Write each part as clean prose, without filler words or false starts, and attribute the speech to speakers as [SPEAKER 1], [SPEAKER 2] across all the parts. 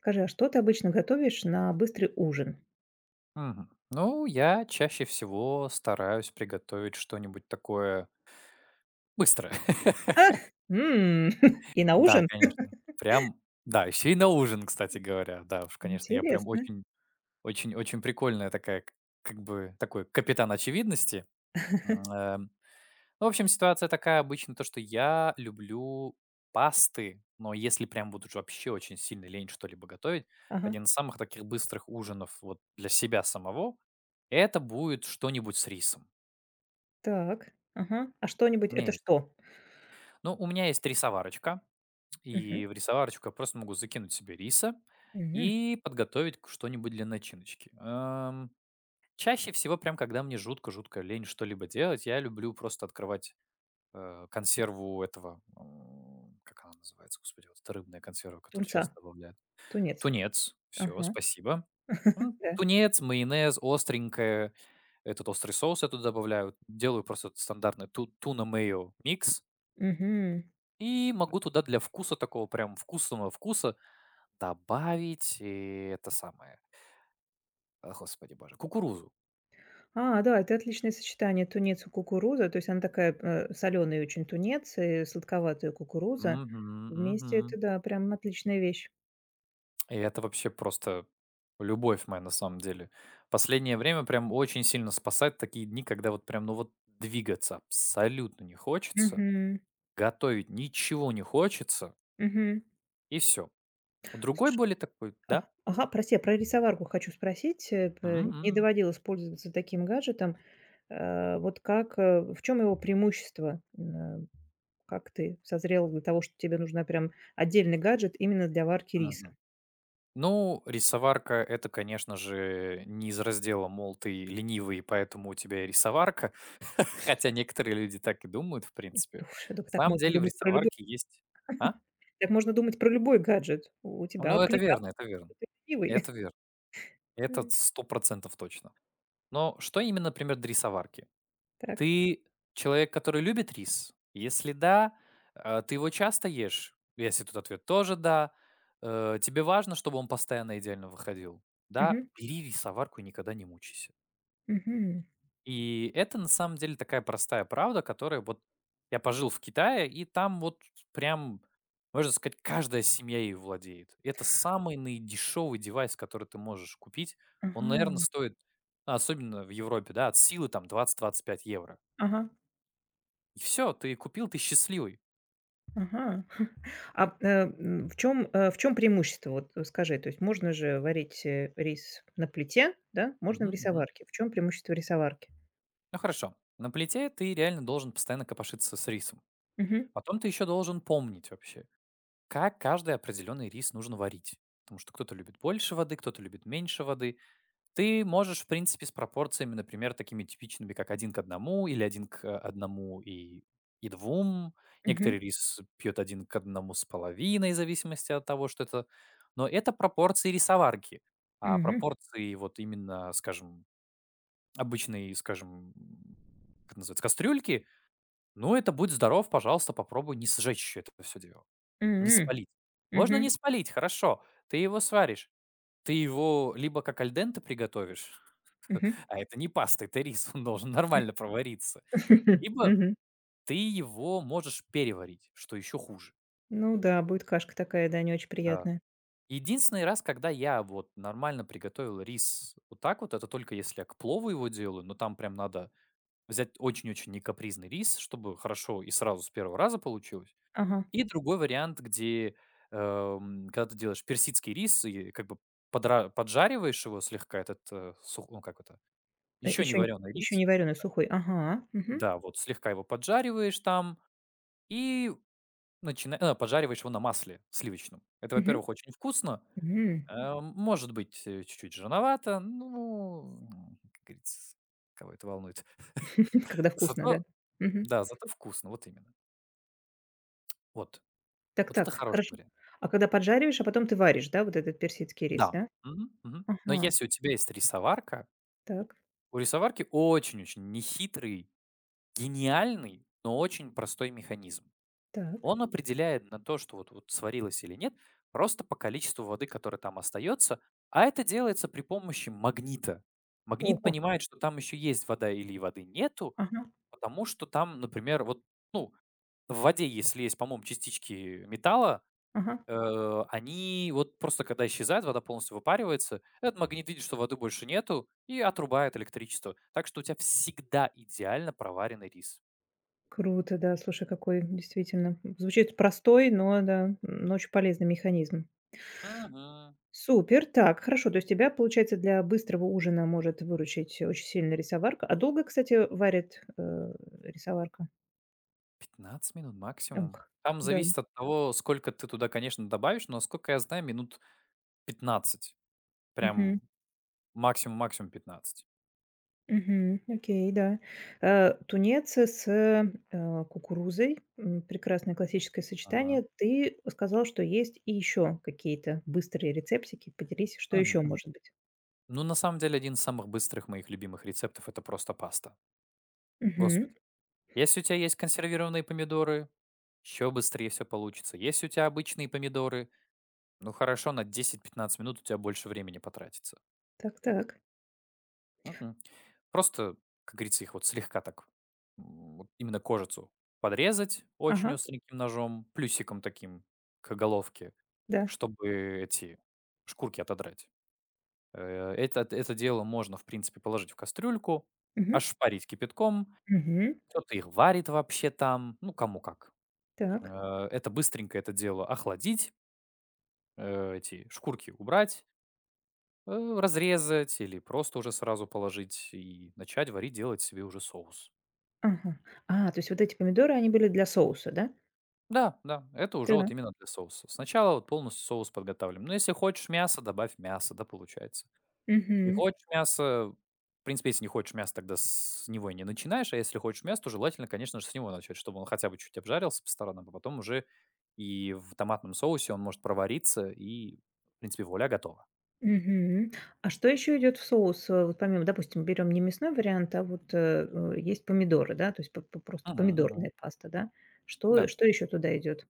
[SPEAKER 1] Скажи, а что ты обычно готовишь на быстрый ужин?
[SPEAKER 2] Мгм. Ну, я чаще всего стараюсь приготовить что-нибудь такое быстрое.
[SPEAKER 1] Ах. М, и на
[SPEAKER 2] Да,
[SPEAKER 1] ужин?
[SPEAKER 2] конечно. Прям, да, еще и на ужин, кстати говоря. Да уж, конечно, я прям
[SPEAKER 1] Интересно.
[SPEAKER 2] очень, очень, очень прикольная такая, как бы такой капитан очевидности. М, эм, ну, в общем, ситуация такая обычно, то, что я люблю пасты, но если прям вот уж вообще очень сильно лень что-либо готовить,
[SPEAKER 1] Ага,
[SPEAKER 2] один из самых таких быстрых ужинов вот для себя самого, это будет что-нибудь с рисом.
[SPEAKER 1] так, ага. Это что?
[SPEAKER 2] Ну, у меня есть рисоварочка,
[SPEAKER 1] Мгм,
[SPEAKER 2] и в рисоварочку я просто могу закинуть себе риса
[SPEAKER 1] мгм.
[SPEAKER 2] и подготовить что-нибудь для начиночки. Чаще всего, прям когда мне жутко-жутко лень что-либо делать, я люблю просто открывать консерву этого, как она называется, господи, вот эта рыбная консерва, которую
[SPEAKER 1] Тунца,
[SPEAKER 2] часто добавляют.
[SPEAKER 1] тунец.
[SPEAKER 2] Тунец, все,
[SPEAKER 1] Ага,
[SPEAKER 2] спасибо.
[SPEAKER 1] да.
[SPEAKER 2] Тунец, майонез, остренькое, этот острый соус я туда добавляю. Делаю просто стандартный туна-мейо микс,
[SPEAKER 1] Мгм.
[SPEAKER 2] и могу туда для вкуса такого прям вкусного вкуса добавить, это самое, а, господи боже, кукурузу.
[SPEAKER 1] А, да, это отличное сочетание тунец и кукуруза. То есть она такая, соленая очень тунец и сладковатая кукуруза.
[SPEAKER 2] Мгм,
[SPEAKER 1] Вместе
[SPEAKER 2] мгм.
[SPEAKER 1] это, да, прям отличная вещь.
[SPEAKER 2] И это вообще просто любовь моя на самом деле. Последнее время прям очень сильно спасает такие дни, когда вот прям, ну вот двигаться абсолютно не хочется,
[SPEAKER 1] Мгм,
[SPEAKER 2] готовить ничего не хочется,
[SPEAKER 1] мгм.
[SPEAKER 2] и все. Другой более такой,
[SPEAKER 1] А,
[SPEAKER 2] да?
[SPEAKER 1] ага, прости, я про рисоварку хочу спросить. Э, п Не
[SPEAKER 2] Мгм,
[SPEAKER 1] доводилось пользоваться таким гаджетом. Вот как, в чем его преимущество? Как ты созрел для того, что тебе нужна прям отдельный гаджет именно для варки риса?
[SPEAKER 2] мгм. Ну, рисоварка — это, конечно же, не из раздела, мол, ты ленивый, поэтому у тебя и рисоварка, хотя некоторые люди так и думают, в
[SPEAKER 1] И
[SPEAKER 2] принципе.
[SPEAKER 1] думаешь, так
[SPEAKER 2] На
[SPEAKER 1] так
[SPEAKER 2] самом
[SPEAKER 1] можно
[SPEAKER 2] деле в
[SPEAKER 1] думать про любой
[SPEAKER 2] рисоварке есть. А?
[SPEAKER 1] так можно думать про любой гаджет. У тебя
[SPEAKER 2] Ну, это
[SPEAKER 1] плита,
[SPEAKER 2] верно, это верно,
[SPEAKER 1] ты ленивый.
[SPEAKER 2] это верно. Это
[SPEAKER 1] М,
[SPEAKER 2] 100% точно. Но что именно, например, до рисоварки?
[SPEAKER 1] так.
[SPEAKER 2] Ты человек, который любит рис? Если да, ты его часто ешь? Если тут ответ тоже "да", тебе важно, чтобы он постоянно идеально выходил? Да,
[SPEAKER 1] Мгм.
[SPEAKER 2] бери рисоварку и никогда не мучайся.
[SPEAKER 1] Мгм.
[SPEAKER 2] И это на самом деле такая простая правда, которая вот я пожил в Китае, и там вот прям, можно сказать, каждая семья ею владеет. Это самый наидешевый девайс, который ты можешь купить. Он, наверное,
[SPEAKER 1] Ага.
[SPEAKER 2] стоит, а, особенно в Европе, да, от силы там 20–25 евро.
[SPEAKER 1] Ага.
[SPEAKER 2] И все, ты купил, ты счастливый.
[SPEAKER 1] Ага. А, в чем преимущество? Вот, скажи, то есть можно же варить, рис на плите, да, можно
[SPEAKER 2] Мгм,
[SPEAKER 1] в
[SPEAKER 2] мгм.
[SPEAKER 1] рисоварке. В чем преимущество рисоварки?
[SPEAKER 2] Ну хорошо. На плите ты реально должен постоянно копошиться с рисом.
[SPEAKER 1] Мгм.
[SPEAKER 2] Потом ты еще должен помнить вообще, как каждый определенный рис нужно варить. Потому что кто-то любит больше воды, кто-то любит меньше воды. Ты можешь, в принципе, с пропорциями, например, такими типичными, как один к одному или один к одному и двум, некоторые
[SPEAKER 1] Мгм.
[SPEAKER 2] рис пьют один к одному с половиной, в зависимости от того, что это. Но это пропорции рисоварки. А
[SPEAKER 1] Мгм.
[SPEAKER 2] пропорции вот именно, скажем, обычной, скажем, как это называется, кастрюльки, ну, это будь здоров, пожалуйста, попробуй не сжечь это все дело, не
[SPEAKER 1] М.
[SPEAKER 2] спалить. Можно не
[SPEAKER 1] Мгм.
[SPEAKER 2] спалить, хорошо, ты его сваришь. Ты его либо как аль приготовишь.
[SPEAKER 1] Мгм.
[SPEAKER 2] А это не паста, это рис, он должен нормально провариться. Либо
[SPEAKER 1] Мгм.
[SPEAKER 2] ты его можешь переварить, что еще хуже.
[SPEAKER 1] Ну да, будет кашка такая, да, не очень
[SPEAKER 2] Да.
[SPEAKER 1] приятная.
[SPEAKER 2] Единственный раз, когда я вот нормально приготовил рис вот так вот, это только если я к плову его делаю, но там прям надо взять очень-очень некапризный рис, чтобы хорошо и сразу с первого раза получилось.
[SPEAKER 1] Ага.
[SPEAKER 2] И другой вариант, где когда ты делаешь персидский рис и как бы поджариваешь его слегка, этот, ну как это, еще не
[SPEAKER 1] еще
[SPEAKER 2] вареный
[SPEAKER 1] еще
[SPEAKER 2] рис,
[SPEAKER 1] не вареный сухой. Ага. Мгм.
[SPEAKER 2] да, вот слегка его поджариваешь там. И поджариваешь его на масле сливочном. Это,
[SPEAKER 1] Мгм.
[SPEAKER 2] во-первых, очень вкусно.
[SPEAKER 1] М.
[SPEAKER 2] Может быть, чуть-чуть жирновато, ну, как говорится, кого это волнует.
[SPEAKER 1] Когда вкусно, да?
[SPEAKER 2] Зато
[SPEAKER 1] Мгм.
[SPEAKER 2] да, зато вкусно, вот именно. Вот.
[SPEAKER 1] Так
[SPEAKER 2] Вот это
[SPEAKER 1] так,
[SPEAKER 2] хороший
[SPEAKER 1] хорошо.
[SPEAKER 2] вариант.
[SPEAKER 1] А когда поджариваешь, а потом ты варишь, да, вот этот персидский рис,
[SPEAKER 2] Да.
[SPEAKER 1] да?
[SPEAKER 2] Мгм, мгм. Но
[SPEAKER 1] Ага.
[SPEAKER 2] если у тебя есть рисоварка,
[SPEAKER 1] Так.
[SPEAKER 2] у рисоварки очень-очень нехитрый, гениальный, но очень простой механизм.
[SPEAKER 1] Так.
[SPEAKER 2] Он определяет на то, что вот, вот сварилось или нет, просто по количеству воды, которая там остается, а это делается при помощи магнита. Магнит
[SPEAKER 1] Ого.
[SPEAKER 2] понимает, что там еще есть вода или воды нету,
[SPEAKER 1] Ага,
[SPEAKER 2] потому что там, например, вот, ну, в воде, если есть, по-моему, частички металла,
[SPEAKER 1] ага.
[SPEAKER 2] э, они вот просто когда исчезают, вода полностью выпаривается, этот магнит видит, что воды больше нету и отрубает электричество. Так что у тебя всегда идеально проваренный рис.
[SPEAKER 1] Круто, да. Слушай, какой действительно звучит простой, но да, но очень полезный механизм.
[SPEAKER 2] Мгм.
[SPEAKER 1] Супер. Так, хорошо. То есть тебя, получается, для быстрого ужина может выручить очень сильно рисоварка. А долго, кстати, варит, рисоварка?
[SPEAKER 2] пятнадцать минут
[SPEAKER 1] Ох,
[SPEAKER 2] максимум? Там
[SPEAKER 1] да.
[SPEAKER 2] зависит от того, сколько ты туда, конечно, добавишь, но, насколько я знаю, минут 15.
[SPEAKER 1] Мгм.
[SPEAKER 2] Прям максимум-максимум 15.
[SPEAKER 1] Мгм. Окей, да. Тунец с, кукурузой, прекрасное классическое
[SPEAKER 2] Мгм.
[SPEAKER 1] сочетание. Ты сказал, что есть и еще какие-то быстрые рецептики. Поделись, что
[SPEAKER 2] Мгм,
[SPEAKER 1] еще
[SPEAKER 2] мгм.
[SPEAKER 1] может быть?
[SPEAKER 2] Ну, на самом деле, один из самых быстрых моих любимых рецептов — это просто паста.
[SPEAKER 1] Мгм.
[SPEAKER 2] Господи. Если у тебя есть консервированные помидоры, еще быстрее все получится. Если у тебя обычные помидоры, ну, хорошо, на 10-15 минут у тебя больше времени потратится.
[SPEAKER 1] Так так.
[SPEAKER 2] Мгм. Просто, как говорится, их вот слегка так, вот именно кожицу подрезать очень
[SPEAKER 1] Ага,
[SPEAKER 2] остреньким ножом, плюсиком таким к головке,
[SPEAKER 1] да.
[SPEAKER 2] чтобы эти шкурки отодрать. Это дело можно, в принципе, положить в кастрюльку,
[SPEAKER 1] Мгм.
[SPEAKER 2] ошпарить кипятком.
[SPEAKER 1] Мгм.
[SPEAKER 2] Кто-то их варит вообще там, ну, кому как.
[SPEAKER 1] Так.
[SPEAKER 2] Это быстренько это дело охладить, эти шкурки убрать, э, разрезать или просто уже сразу положить и начать варить, делать себе уже соус.
[SPEAKER 1] Ага. А, то есть вот эти помидоры, они были для соуса, да?
[SPEAKER 2] Да, да, это уже
[SPEAKER 1] Да.
[SPEAKER 2] вот именно для соуса. Сначала вот полностью соус подготавливаем. Но если хочешь мясо, добавь мясо, да, получается. Не
[SPEAKER 1] Мгм.
[SPEAKER 2] хочешь мясо, в принципе, если не хочешь мясо, тогда с него и не начинаешь, а если хочешь мясо, то желательно, конечно же, с него начать, чтобы он хотя бы чуть обжарился по сторонам, а потом уже и в томатном соусе он может провариться, и, в принципе, вуаля, готово.
[SPEAKER 1] Мгм. А что еще идет в соус? Вот помимо, допустим, берем не мясной вариант, а вот, есть помидоры, да, то есть п п просто
[SPEAKER 2] Мгм, мгм.
[SPEAKER 1] помидорная паста, да. Что
[SPEAKER 2] Да.
[SPEAKER 1] что еще туда идет?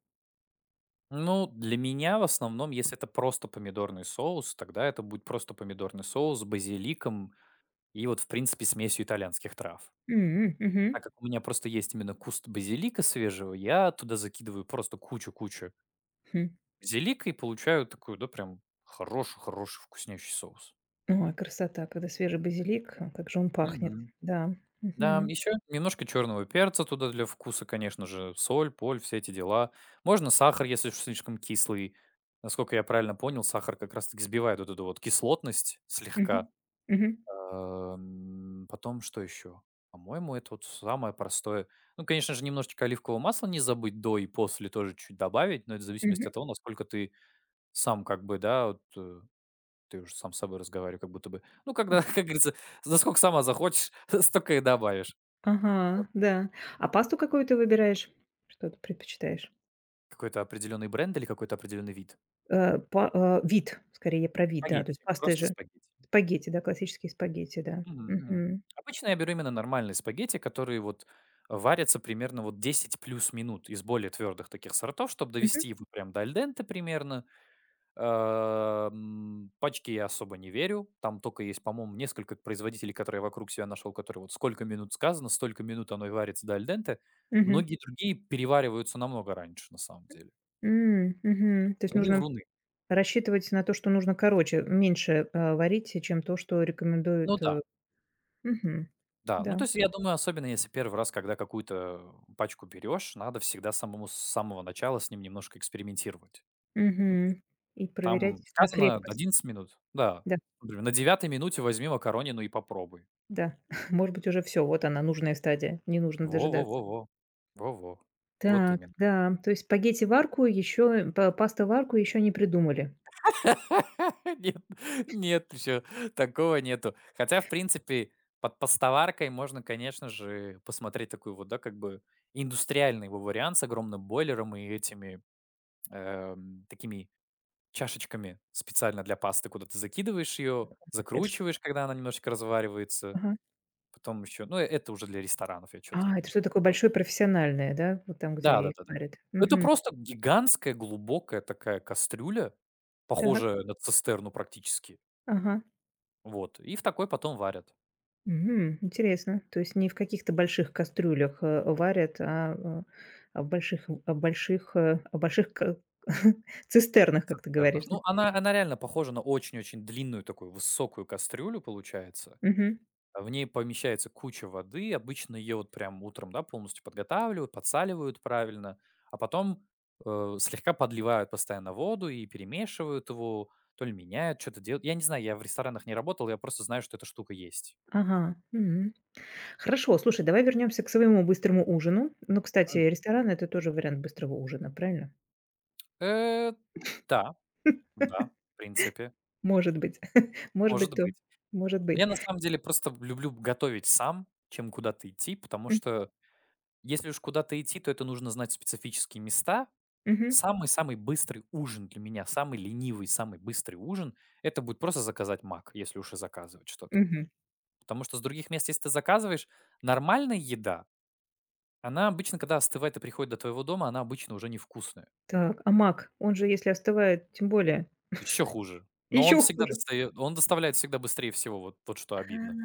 [SPEAKER 2] Ну, для меня в основном, если это просто помидорный соус, тогда это будет просто помидорный соус с базиликом и вот, в принципе, смесью итальянских трав.
[SPEAKER 1] Мгм.
[SPEAKER 2] Так как у меня просто есть именно куст базилика свежего, я туда закидываю просто кучу-кучу
[SPEAKER 1] Хм.
[SPEAKER 2] базилика и получаю такой, да, прям хороший-хороший вкуснящий соус.
[SPEAKER 1] Ой, красота, когда свежий базилик, а, как же он пахнет.
[SPEAKER 2] Мгм.
[SPEAKER 1] Да.
[SPEAKER 2] Да,
[SPEAKER 1] Мгм.
[SPEAKER 2] еще немножко черного перца туда для вкуса, конечно же, соль, поль, все эти дела. Можно сахар, если уж слишком кислый. Насколько я правильно понял, сахар как раз-таки сбивает вот эту вот кислотность слегка.
[SPEAKER 1] Мгм. Мгм.
[SPEAKER 2] Потом что еще? По-моему, это вот самое простое. Ну, конечно же, немножечко оливкового масла не забыть до и после тоже чуть добавить, но это в
[SPEAKER 1] Мгм.
[SPEAKER 2] зависимости от того, насколько ты сам как бы, да, ты уже сам с собой разговариваешь как будто бы. Ну,
[SPEAKER 1] Ага.
[SPEAKER 2] когда, как говорится, насколько сама захочешь, столько и добавишь.
[SPEAKER 1] Ага,
[SPEAKER 2] Вот.
[SPEAKER 1] да. А пасту какую ты выбираешь? Что ты предпочитаешь?
[SPEAKER 2] Какой-то определенный бренд или какой-то определенный вид.
[SPEAKER 1] Вид, скорее про вид, да. То есть
[SPEAKER 2] Спагетти.
[SPEAKER 1] пасты
[SPEAKER 2] Просто
[SPEAKER 1] же
[SPEAKER 2] спагетти.
[SPEAKER 1] спагетти, да, классические спагетти, да.
[SPEAKER 2] Мгм, мгм. Обычно я беру именно нормальные спагетти, которые вот варятся примерно вот 10+ минут из более твердых таких сортов, чтобы
[SPEAKER 1] Мгм.
[SPEAKER 2] довести его прям до альденте примерно. Пачки я особо не верю. Там только есть, по-моему, несколько производителей, которые я вокруг себя нашел, которые вот сколько минут сказано, столько минут оно и варится до альденте.
[SPEAKER 1] Мгм.
[SPEAKER 2] Многие другие перевариваются намного раньше, на самом деле.
[SPEAKER 1] Мгм. То есть
[SPEAKER 2] Вруны,
[SPEAKER 1] нужно
[SPEAKER 2] вруны.
[SPEAKER 1] рассчитывать на то, что нужно короче, меньше, варить, чем то, что
[SPEAKER 2] Ну
[SPEAKER 1] рекомендуют,
[SPEAKER 2] да.
[SPEAKER 1] э Мгм.
[SPEAKER 2] Да, ну,
[SPEAKER 1] Да.
[SPEAKER 2] то есть я думаю, особенно если первый раз, когда какую-то пачку берешь, надо всегда самому с самого начала с ним немножко экспериментировать. Ну, то есть
[SPEAKER 1] Мгм. И
[SPEAKER 2] там
[SPEAKER 1] проверять на
[SPEAKER 2] сказано
[SPEAKER 1] крепкость.
[SPEAKER 2] 11 минут, да.
[SPEAKER 1] Да,
[SPEAKER 2] Например, на девятой минуте возьми макаронину и попробуй.
[SPEAKER 1] да. Может быть, уже все вот она, нужная стадия, не нужно дожидаться.
[SPEAKER 2] Во-во-во-во. Во-во. Вот
[SPEAKER 1] Так,
[SPEAKER 2] именно.
[SPEAKER 1] да, то есть спагетти в арку еще, паста в арку еще не придумали.
[SPEAKER 2] Нет, нет еще, такого нету. Хотя, в принципе, под постоваркой можно, конечно же, посмотреть такой вот, да, как бы индустриальный его вариант с огромным бойлером и этими, такими чашечками специально для пасты, куда ты закидываешь ее,
[SPEAKER 1] Это чт
[SPEAKER 2] закручиваешь, когда она немножечко разваривается.
[SPEAKER 1] Ага.
[SPEAKER 2] Потом еще, ну, это уже для ресторанов, я что-то
[SPEAKER 1] А, это
[SPEAKER 2] немножко.
[SPEAKER 1] что такое большое профессиональное, да? Вот там, где их
[SPEAKER 2] Да-да-да-да.
[SPEAKER 1] варят.
[SPEAKER 2] Это
[SPEAKER 1] Мгм.
[SPEAKER 2] просто гигантская глубокая такая кастрюля,
[SPEAKER 1] Так.
[SPEAKER 2] похожая на цистерну практически.
[SPEAKER 1] Ага.
[SPEAKER 2] Вот. И в такой потом варят.
[SPEAKER 1] Мгм. Интересно. То есть не в каких-то больших кастрюлях, варят, а в больших э, а в больших ка цистернах, как ты говоришь,
[SPEAKER 2] Цистернах.
[SPEAKER 1] да?
[SPEAKER 2] Ну, она реально похожа на очень-очень длинную такую высокую кастрюлю получается.
[SPEAKER 1] Мгм.
[SPEAKER 2] В ней помещается куча воды. Обычно ее вот прям утром, да, полностью подготавливают, подсаливают правильно, а потом слегка подливают постоянно воду и перемешивают его, то ли меняют, что-то делают. Я не знаю, я в ресторанах не работал, я просто знаю, что эта штука есть.
[SPEAKER 1] Ага. Мгм. Хорошо, слушай, давай вернемся к своему быстрому ужину. Ну, кстати,
[SPEAKER 2] Мгм.
[SPEAKER 1] ресторан- это тоже вариант быстрого ужина, правильно?
[SPEAKER 2] Э, да, да, в принципе,
[SPEAKER 1] Может быть. Может быть,
[SPEAKER 2] может
[SPEAKER 1] то
[SPEAKER 2] быть.
[SPEAKER 1] может быть.
[SPEAKER 2] Я на самом деле просто люблю готовить сам, чем куда-то идти, потому
[SPEAKER 1] М.
[SPEAKER 2] что если уж куда-то идти, то это нужно знать специфические места.
[SPEAKER 1] Мгм.
[SPEAKER 2] Самый-самый быстрый ужин для меня, самый ленивый, самый быстрый ужин — это будет просто заказать "Мак", если уж и заказывать что-то.
[SPEAKER 1] Мгм.
[SPEAKER 2] Потому что с других мест, если ты заказываешь, нормальная еда, она обычно, когда остывает и приходит до твоего дома, она обычно уже невкусная.
[SPEAKER 1] Так, а мак, он же, если остывает, тем более
[SPEAKER 2] Еще хуже. Но
[SPEAKER 1] еще хуже.
[SPEAKER 2] он доставляет всегда быстрее всего, вот вот что
[SPEAKER 1] А,
[SPEAKER 2] обидно.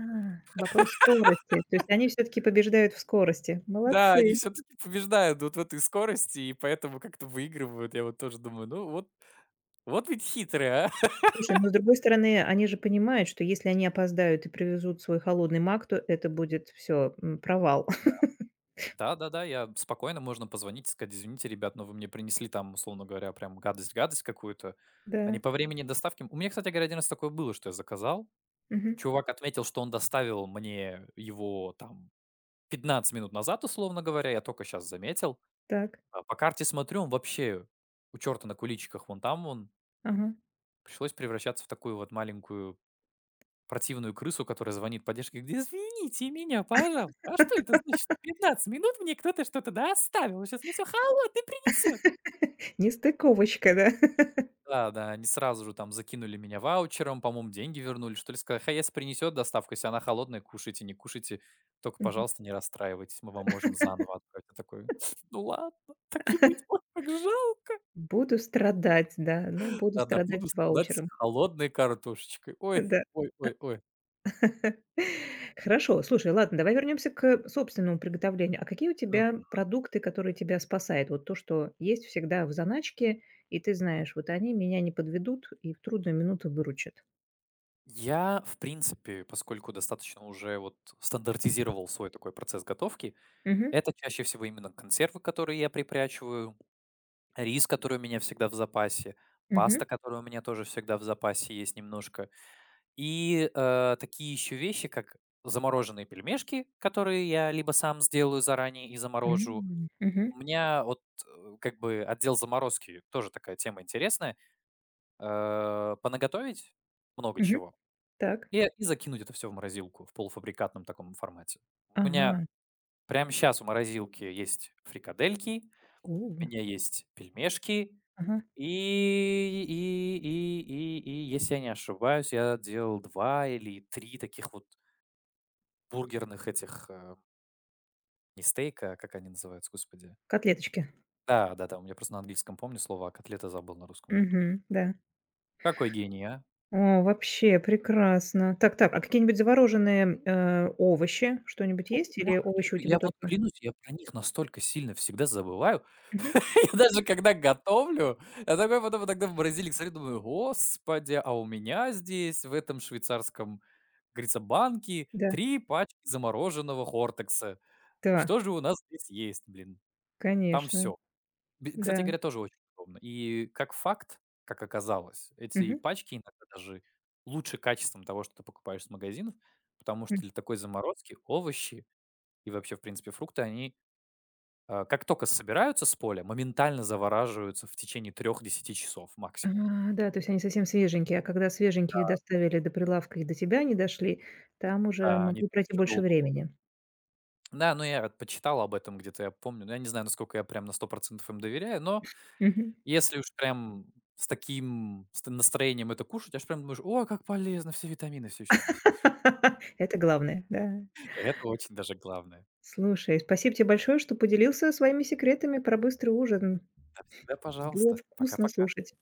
[SPEAKER 1] вопрос скорости. То есть они все таки побеждают в скорости.
[SPEAKER 2] Да, они
[SPEAKER 1] Молодцы.
[SPEAKER 2] все таки побеждают вот в этой скорости и поэтому как-то выигрывают. Я вот тоже думаю: "Ну вот вот ведь хитрые, а".
[SPEAKER 1] Слушай, но с другой стороны, они же понимают, что если они опоздают и привезут свой холодный мак, то это будет все провал.
[SPEAKER 2] Да-да-да, я спокойно можно позвонить и сказать: "Извините, ребят, но вы мне принесли там, условно говоря, прям гадость-гадость какую-то". Они
[SPEAKER 1] Да.
[SPEAKER 2] по времени доставки. У меня, кстати говоря, один раз такое было, что я заказал.
[SPEAKER 1] Мгм.
[SPEAKER 2] Чувак отметил, что он доставил мне его там 15 минут назад, условно говоря, я только сейчас заметил.
[SPEAKER 1] Так.
[SPEAKER 2] А по карте смотрю, он вообще у черта на куличиках вон там он.
[SPEAKER 1] Ага.
[SPEAKER 2] Пришлось превращаться в такую вот маленькую противную крысу, которая звонит в где: "Извините меня, пожалуйста, а что это значит? 15 минут мне кто-то что-то, да, оставил, сейчас мне всё холодное принесет".
[SPEAKER 1] Нестыковочка, да?
[SPEAKER 2] Да, да, они сразу же там закинули меня ваучером, по-моему, деньги вернули, что ли. Сказали: "Хаес принесет доставку, если она холодная, кушайте, не кушайте, только,
[SPEAKER 1] Мгм.
[SPEAKER 2] пожалуйста, не расстраивайтесь, мы вам можем заново отправить". Я такой: "Ну ладно, так и быть, ой, как жалко".
[SPEAKER 1] Буду страдать, да. Ну, буду
[SPEAKER 2] Да-да,
[SPEAKER 1] страдать
[SPEAKER 2] буду
[SPEAKER 1] с
[SPEAKER 2] страдать с
[SPEAKER 1] ваучером.
[SPEAKER 2] холодной картошечкой. Ой,
[SPEAKER 1] Да.
[SPEAKER 2] ой, ой, ой.
[SPEAKER 1] Хорошо, слушай, ладно, давай вернемся к собственному приготовлению. А какие у тебя продукты, которые тебя спасают? Вот то, что есть всегда в заначке, и ты знаешь, вот они меня не подведут и в трудную минуту выручат.
[SPEAKER 2] Я, в принципе, поскольку достаточно уже вот стандартизировал свой такой процесс готовки,
[SPEAKER 1] Мгм.
[SPEAKER 2] это чаще всего именно консервы, которые я припрячиваю, рис, который у меня всегда в запасе, паста,
[SPEAKER 1] Мгм.
[SPEAKER 2] которая у меня тоже всегда в запасе есть немножко, и такие еще вещи, как замороженные пельмешки, которые я либо сам сделаю заранее и заморожу.
[SPEAKER 1] М. Мгм.
[SPEAKER 2] У меня как бы отдел заморозки тоже такая тема интересная. Понаготовить много
[SPEAKER 1] Мгм.
[SPEAKER 2] чего.
[SPEAKER 1] Так.
[SPEAKER 2] И закинуть это все в морозилку в полуфабрикатном таком формате. У меня
[SPEAKER 1] Ага.
[SPEAKER 2] прямо сейчас в морозилке есть фрикадельки, у
[SPEAKER 1] У.
[SPEAKER 2] меня есть пельмешки,
[SPEAKER 1] Ага.
[SPEAKER 2] и если я не ошибаюсь, я делал 2 или 3 таких вот бургерных этих, не стейка, а как они называются, господи?
[SPEAKER 1] Котлеточки.
[SPEAKER 2] Да, да-да, у меня просто на английском помню слово, а котлеты забыл на русском. Вот
[SPEAKER 1] Мгм. Да.
[SPEAKER 2] какой гений, а!
[SPEAKER 1] О, вообще прекрасно. Так, так, а какие-нибудь замороженные, овощи, что-нибудь
[SPEAKER 2] О,
[SPEAKER 1] есть
[SPEAKER 2] о,
[SPEAKER 1] или
[SPEAKER 2] как я
[SPEAKER 1] овощи у
[SPEAKER 2] же
[SPEAKER 1] тебя
[SPEAKER 2] я вот
[SPEAKER 1] только.
[SPEAKER 2] клянусь, я про них настолько сильно всегда забываю.
[SPEAKER 1] Мгм.
[SPEAKER 2] Я даже когда готовлю, я такой потом иногда в морозильник смотрю, думаю: "Господи, а у меня здесь в этом швейцарском, как говорится, банке
[SPEAKER 1] Да.
[SPEAKER 2] 3 пачки замороженного "Хортекса".
[SPEAKER 1] Да,
[SPEAKER 2] Что же у нас здесь есть, блин?" Там
[SPEAKER 1] конечно.
[SPEAKER 2] все. Кстати
[SPEAKER 1] Да.
[SPEAKER 2] говоря, тоже очень удобно. И как факт, как оказалось, эти
[SPEAKER 1] Мгм.
[SPEAKER 2] пачки иногда даже лучше качеством того, что ты покупаешь с магазинов, потому
[SPEAKER 1] М.
[SPEAKER 2] что для такой заморозки овощи и вообще, в принципе, фрукты, как только собираются с поля, моментально завораживаются в течение 3 десяти часов
[SPEAKER 1] А,
[SPEAKER 2] максимум.
[SPEAKER 1] да, то есть они совсем свеженькие, а когда свеженькие доставили до прилавка и до тебя не дошли, там уже
[SPEAKER 2] Да, они
[SPEAKER 1] могло
[SPEAKER 2] там
[SPEAKER 1] пройти
[SPEAKER 2] еще
[SPEAKER 1] больше
[SPEAKER 2] долго будут.
[SPEAKER 1] времени.
[SPEAKER 2] Да, ну я вот почитал об этом где-то, я помню. Но я не знаю, насколько я прям на 100% им доверяю, но
[SPEAKER 1] Мгм.
[SPEAKER 2] если уж прям с таким с т настроением это кушать, аж прям думаешь: "О, как полезно, все витамины все еще здесь".
[SPEAKER 1] Это главное, да.
[SPEAKER 2] Это очень даже главное.
[SPEAKER 1] Слушай, спасибо тебе большое, что поделился своими секретами про быстрый ужин.
[SPEAKER 2] Да, всегда
[SPEAKER 1] Было
[SPEAKER 2] пожалуйста.
[SPEAKER 1] вкусно
[SPEAKER 2] Пока-пока.
[SPEAKER 1] слушать.